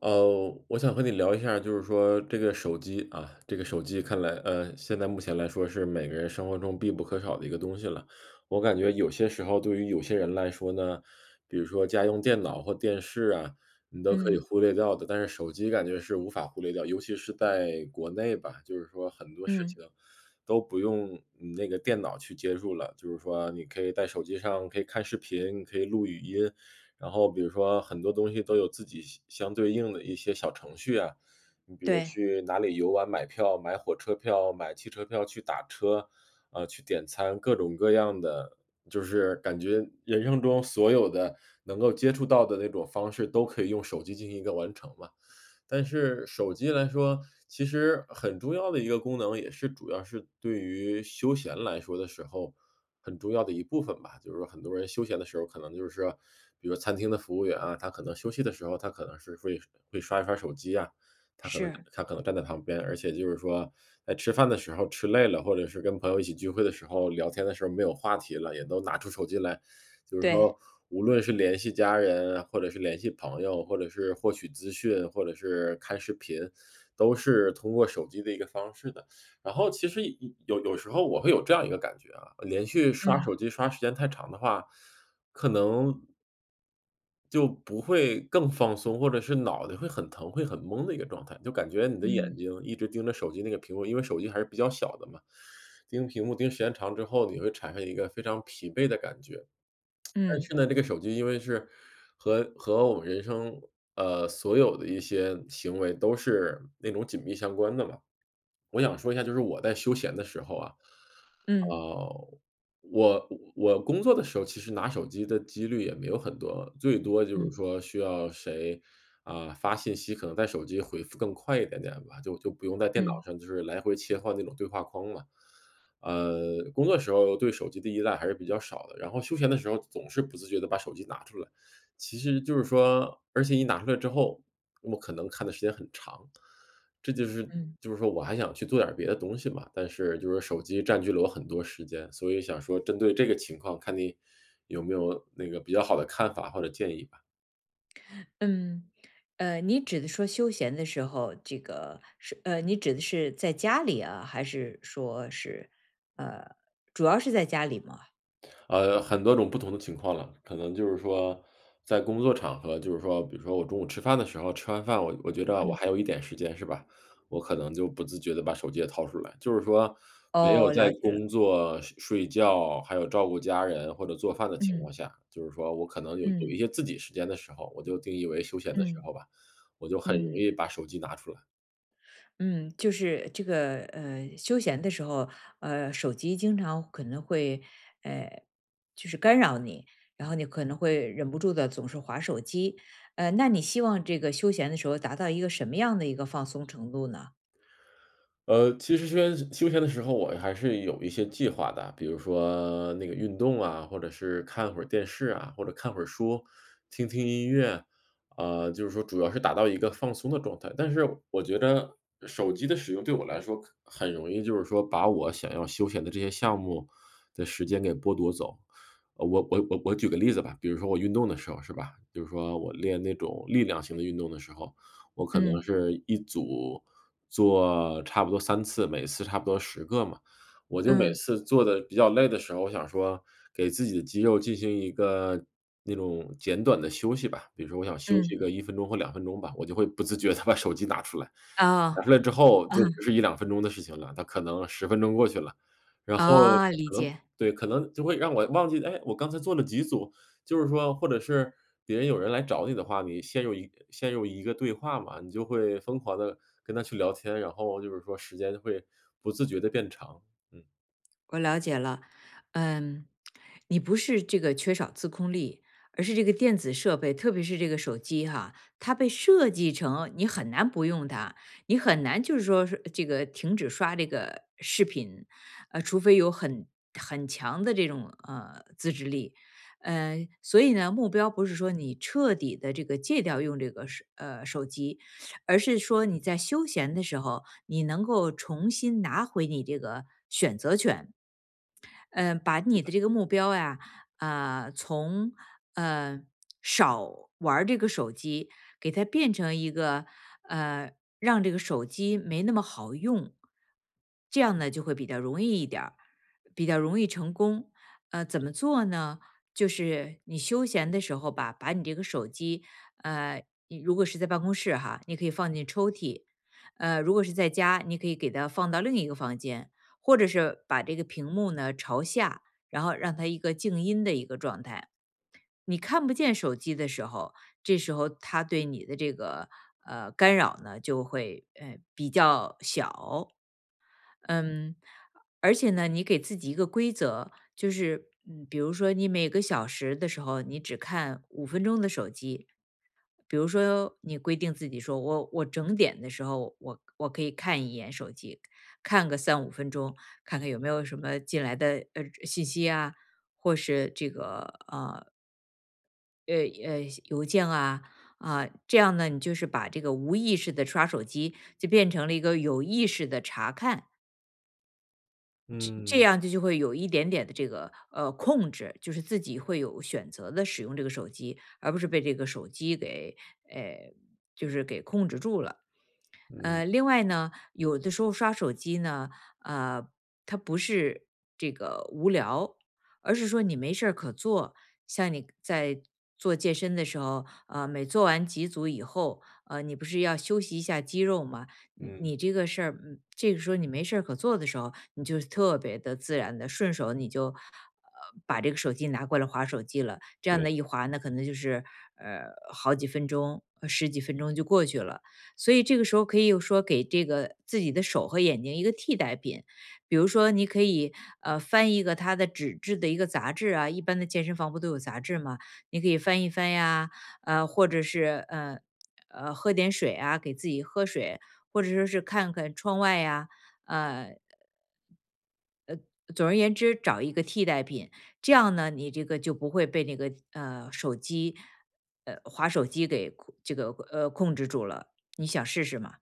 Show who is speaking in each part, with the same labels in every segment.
Speaker 1: 我想和你聊一下，就是说这个手机啊，这个手机看来，呃，现在目前来说是每个人生活中必不可少的一个东西了。我感觉有些时候对于有些人来说呢，比如说家用电脑或电视啊，你都可以
Speaker 2: 嗯
Speaker 1: 忽略掉的，但是手机感觉是无法忽略掉，尤其是在国内吧，就是说很多事情
Speaker 2: 嗯，
Speaker 1: 都不用你那个电脑去接触了，就是说你可以在手机上可以看视频，可以录语音，然后比如说很多东西都有自己相对应的一些小程序啊，你比如
Speaker 2: 对，
Speaker 1: 去哪里游玩、买票、买火车票、买汽车票、去打车，啊，去点餐，各种各样的，就是感觉人生中所有的能够接触到的那种方式都可以用手机进行一个完成嘛。但是手机来说，其实很重要的一个功能，也是主要是对于休闲来说的时候，很重要的一部分吧。就是说很多人休闲的时候，可能就是比如餐厅的服务员啊，他可能休息的时候，他可能是会刷一刷手机啊，他可能
Speaker 2: 是，
Speaker 1: 他可能站在旁边，而且就是说在吃饭的时候吃累了，或者是跟朋友一起聚会的时候聊天的时候没有话题了，也都拿出手机来就是
Speaker 2: 对，
Speaker 1: 说，无论是联系家人，或者是联系朋友，或者是获取资讯，或者是看视频，都是通过手机的一个方式的。然后其实有时候我会有这样一个感觉啊，连续刷
Speaker 2: 嗯
Speaker 1: 手机刷时间太长的话，可能就不会更放松，或者是脑袋会很疼、会很懵的一个状态，就感觉你的眼
Speaker 2: 嗯
Speaker 1: 睛一直盯着手机那个屏幕，因为手机还是比较小的嘛，盯屏幕盯时间长之后，你会产生一个非常疲惫的感觉。但
Speaker 2: 嗯
Speaker 1: 是呢，这个手机因为是和我们人生，所有的一些行为都是那种紧密相关的嘛。我想说一下，就是我在休闲的时候啊，
Speaker 2: 嗯
Speaker 1: 呃，我我工作的时候其实拿手机的几率也没有很多，最多就是
Speaker 2: 嗯
Speaker 1: 说需要谁，啊，发信息可能在手机回复更快一点点吧，就不用在电脑
Speaker 2: 嗯
Speaker 1: 上就是来回切换那种对话框嘛。工作时候对手机的依赖还是比较少的，然后休闲的时候总是不自觉的把手机拿出来。其实就是说而且一拿出来之后，我可能看的时间很长。这就是
Speaker 2: 嗯
Speaker 1: 就是说我还想去做点儿别的东西嘛，但是就是手机占据了我很多时间，所以想说针对这个情况，看你有没有那个比较好的看法或者建议吧？
Speaker 2: 嗯。你指的说休闲的时候，这个是你指的是在家里啊，还是说是呃，主要是在家里吗？
Speaker 1: 很多种不同的情况了，可能就是说在工作场合，就是说，比如说我中午吃饭的时候，吃完饭我觉得着我
Speaker 2: 嗯。
Speaker 1: 还有一点时间是吧，我可能就不自觉的把手机也掏出来，就是说没有
Speaker 2: 哦，
Speaker 1: 在
Speaker 2: 了解了。
Speaker 1: 工作、睡觉，还有照顾家人或者做饭的情况
Speaker 2: 嗯
Speaker 1: 下，就是说我可能有
Speaker 2: 嗯
Speaker 1: 一些自己时间的时候，我就定义为休闲的时
Speaker 2: 嗯
Speaker 1: 候吧，我就很容
Speaker 2: 嗯。
Speaker 1: 易把手机拿出来。
Speaker 2: 嗯，就是这个休闲的时候，手机经常可能会呃，就是干扰你，然后你可能会忍不住的总是划手机。那你希望这个休闲的时候达到一个什么样的一个放松程度呢？
Speaker 1: 其实休闲的时候，我还是有一些计划的，比如说那个运动啊，或者是看会儿电视啊，或者看会儿书，听听音乐，啊、就是说主要是达到一个放松的状态。但是我觉得手机的使用对我来说可很容易，就是说把我想要休闲的这些项目的时间给剥夺走。我举个例子吧，比如说我运动的时候是吧，就是说我练那种力量型的运动的时候，我可能
Speaker 2: 嗯
Speaker 1: 是一组。做差不多3次，每次差不多10个嘛。我就每
Speaker 2: 嗯
Speaker 1: 次做的比较累的时候，我想说给自己的肌肉进行一个那种简短的休息吧，比如说我想休息
Speaker 2: 嗯，
Speaker 1: 个1分钟或两分钟吧，我就会不自觉的把手机拿出来。打出
Speaker 2: 啊
Speaker 1: 来之后
Speaker 2: 啊
Speaker 1: 就不是一两分钟的事情了，它可能10分钟过去了，然后
Speaker 2: 啊，理
Speaker 1: 可能
Speaker 2: 解。
Speaker 1: 对，可能就会让我忘记，哎，我刚才做了几组，就是说或者是别人有人来找你的话，你陷入一个对话嘛，你就会疯狂的跟他去聊天，然后就是说时间会不自觉的变长，嗯。
Speaker 2: 我了解了。嗯，你不是这个缺少自控力，而是这个电子设备，特别是这个手机哈，它被设计成你很难不用它，你很难就是说是这个停止刷这个视频，除非有很强的这种自制力，所以呢，目标不是说你彻底的这个戒掉用这个手机，而是说你在休闲的时候，你能够重新拿回你这个选择权。嗯，把你的这个目标呀，啊，从呃少玩儿这个手机，给它变成一个呃让这个手机没那么好用，这样呢就会比较容易一点儿比较容易成功。怎么做呢？就是你休闲的时候吧，把你这个手机，你如果是在办公室哈，你可以放进抽屉；如果是在家，你可以给它放到另一个房间。或者是把这个屏幕呢朝下，然后让它一个静音的一个状态。你看不见手机的时候，这时候它对你的这个干扰呢就会比较小。嗯，而且呢，你给自己一个规则，就是比如说你每个小时的时候，你只看五分钟的手机。比如说，你规定自己说，我整点的时候，我可以看一眼手机，看个三五分钟，看看有没有什么进来的信息啊，或是这个呃邮件啊啊，这样呢，你就是把这个无意识的刷手机，就变成了一个有意识的查看。这这
Speaker 1: 嗯，
Speaker 2: 样就会有一点点的这个控制，就是自己会有选择的使用这个手机，而不是被这个手机给呃就是给控制住了。
Speaker 1: 嗯，
Speaker 2: 另外呢，有的时候刷手机呢，呃，它不是这个无聊，而是说你没事儿可做。像你在做健身的时候，每做完几组以后，你不是要休息一下肌肉吗？你
Speaker 1: 嗯，
Speaker 2: 你这个事儿，这个时候你没事儿可做的时候，你就特别的自然的顺手你就。把这个手机拿过来划手机了，这样
Speaker 1: 对。
Speaker 2: 的一划呢，可能就是呃好几分钟、十几分钟就过去了。所以这个时候可以有说给这个自己的手和眼睛一个替代品，比如说你可以翻一个它的纸质的一个杂志啊，一般的健身房不都有杂志吗？你可以翻一翻呀，或者是喝点水啊，给自己喝水，或者说是看看窗外呀，呃，总而言之找一个替代品，这样呢，你这个就不会被那个手机划手机给控这个呃控制住了。你想试试吗？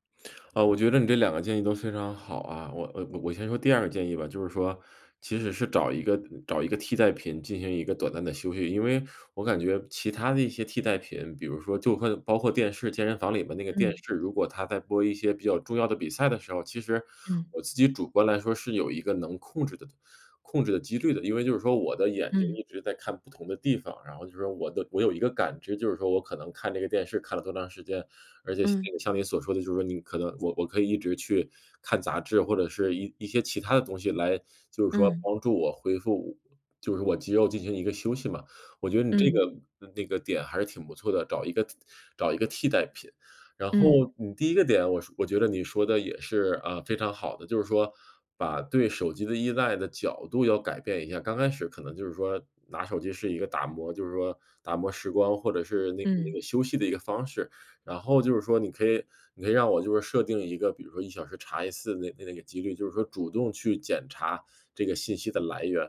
Speaker 1: 啊，我觉得你这2个建议都非常好啊。我先说第二个建议吧，就是说，其实是找一个替代品进行一个短暂的休息，因为我感觉其他的一些替代品，比如说就会包括电视、健身房里面那个电
Speaker 2: 嗯。
Speaker 1: 视，如果它在播一些比较重要的比赛的时候，其实
Speaker 2: 嗯
Speaker 1: 我自己主观来说是有一个能控制的几率的。因为就是说我的眼睛
Speaker 2: 嗯
Speaker 1: 一直在看不同的地方，然后就是说我有一个感知，就是说我可能看这个电视看了多长时间，而且
Speaker 2: 嗯
Speaker 1: 那个像你所说的，就是说你可能我我可以一直去看杂志，或者是一些其他的东西来，就是说
Speaker 2: 嗯
Speaker 1: 帮助我恢复，就是我肌肉进行一个休息嘛。我觉得你这
Speaker 2: 嗯
Speaker 1: 个那个点还是挺不错的，找一个替代品。然
Speaker 2: 嗯
Speaker 1: 后你第一个点，我觉得你说的也是，啊，非常好的，就是说把对手机的依赖的角度要改变一下。刚开始可能就是说拿手机是一个打磨，就是说打磨时光或者是那那
Speaker 2: 嗯，
Speaker 1: 个休息的一个方式。然后就是说你可以让我就是设定一个，比如说一小时查一次那个几率，就是说主动去检查这个信息的来源。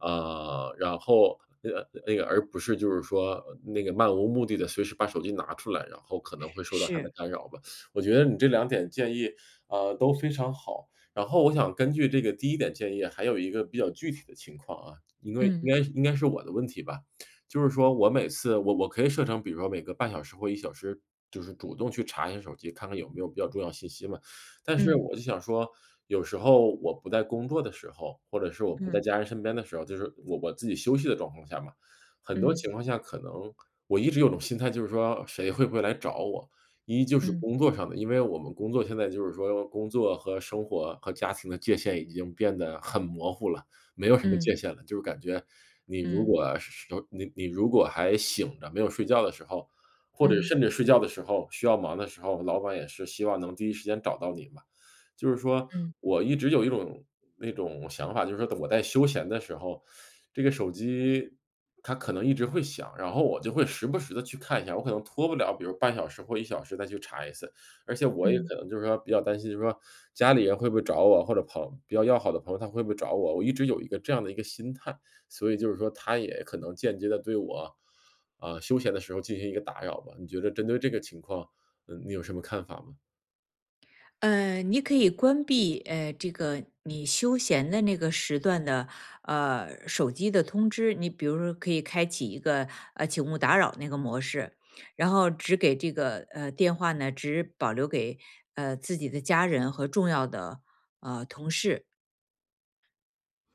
Speaker 1: 然后那个而不是就是说那个漫无目的的随时把手机拿出来，然后可能会受到它的
Speaker 2: 是，
Speaker 1: 干扰吧。我觉得你这2点建议，都非常好。然后我想根据这个第一点建议，还有一个比较具体的情况啊，因为
Speaker 2: 嗯
Speaker 1: 应该是我的问题吧。就是说每次我可以设成比如说每隔半小时或一小时，就是主动去查一下手机，看看有没有比较重要信息嘛。但是
Speaker 2: 嗯
Speaker 1: 我就想说，有时候我不在工作的时候，或者是我不在
Speaker 2: 嗯
Speaker 1: 家人身边的时候，就是我自己休息的状况下嘛，很多
Speaker 2: 嗯
Speaker 1: 情况下可能我一直有种心态，就是说谁会不会来找我？一就是
Speaker 2: 嗯
Speaker 1: 工作上的，因为我们工作现在就是说工作和生活和家庭的界限已经变得很模糊了，没有什么
Speaker 2: 嗯
Speaker 1: 界限了，就是感觉你如
Speaker 2: 嗯
Speaker 1: 果是你你如果还醒着没有睡觉的时候，或者
Speaker 2: 嗯
Speaker 1: 甚至睡觉的时候，需要忙的时候，老板也是希望能第一时间找到你嘛。就是说
Speaker 2: 嗯
Speaker 1: 我一直有一种那种想法，就是说我在休闲的时候，这个手机它可能一直会响，然后我就会时不时的去看一下，我可能拖不了，比如半小时或一小时再去查一次。而且我也
Speaker 2: 嗯。
Speaker 1: 可能就是说比较担心，就是说家里人会不会找我，或者比较要好的朋友他会不会找我，我一直有一个这样的一个心态，所以就是说他也可能间接的对我啊，休闲的时候进行一个打扰吧。你觉得针对这个情况，嗯，你有什么看法吗？
Speaker 2: 你可以关闭这个你休闲的那个时段的手机的通知，你比如说可以开启一个请勿打扰那个模式，然后只给这个电话呢只保留给自己的家人和重要的同事，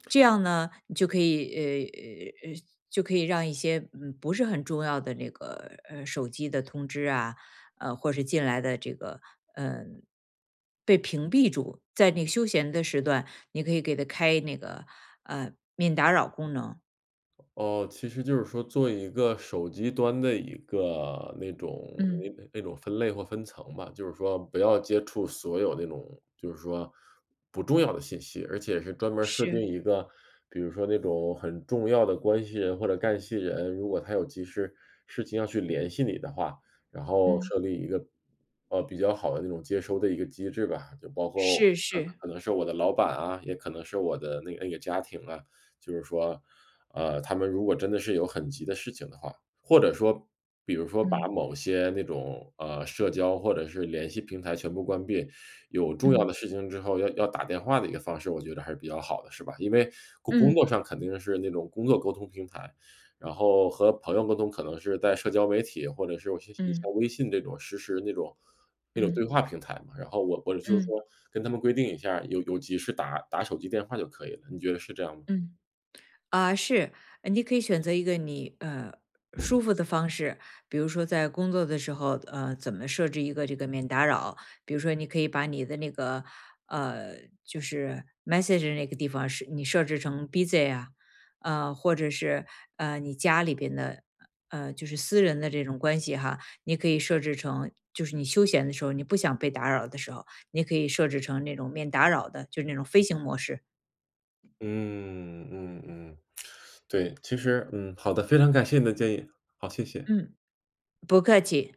Speaker 2: 这样呢，你就可以就可以让一些不是很重要的那个手机的通知啊，或是进来的这个嗯呃被屏蔽住。在那个休闲的时段，你可以给它开那个免打扰功能。
Speaker 1: 哦，其实就是说做一个手机端的一个那种
Speaker 2: 嗯，
Speaker 1: 那种分类或分层吧，就是说不要接触所有那种就是说不重要的信息，而且是专门儿设定
Speaker 2: 是，
Speaker 1: 一个，比如说那种很重要的关系人或者干系人，如果他有事情要去联系你的话，然后
Speaker 2: 嗯。
Speaker 1: 设立一个比较好的那种接收的一个机制吧，就包括
Speaker 2: 是
Speaker 1: 可
Speaker 2: 是，
Speaker 1: 可能是我的老板啊，也可能是我的那个家庭啊，就是说。他们如果真的是有很急的事情的话，或者说比如说把
Speaker 2: 嗯
Speaker 1: 某些那种，社交或者是联系平台全部关闭，有重要
Speaker 2: 嗯
Speaker 1: 的事情之后要打电话的一个方式，我觉得还是比较好的，是吧？因为工作
Speaker 2: 嗯
Speaker 1: 上肯定是那种工作沟通平台，然后和朋友沟通可能是在社交媒体或者是我像你像
Speaker 2: 嗯
Speaker 1: 微信这种实时那种对
Speaker 2: 嗯
Speaker 1: 话平台嘛，然后我就是
Speaker 2: 嗯
Speaker 1: 说跟他们规定一下，有急事打手机电话就可以了，你觉得是这样吗？
Speaker 2: 嗯。啊，是，你可以选择一个你舒服的方式，比如说在工作的时候，怎么设置一个这个免打扰？比如说，你可以把你的那个呃，就是 message 那个地方是你设置成 busy 啊，或者是你家里边的就是私人的这种关系哈，你可以设置成就是你休闲的时候，你不想被打扰的时候，你可以设置成那种免打扰的，就是那种飞行模式。
Speaker 1: 嗯嗯嗯，对，其实嗯，好的，非常感谢你的建议，好，谢谢。
Speaker 2: 嗯，不客气。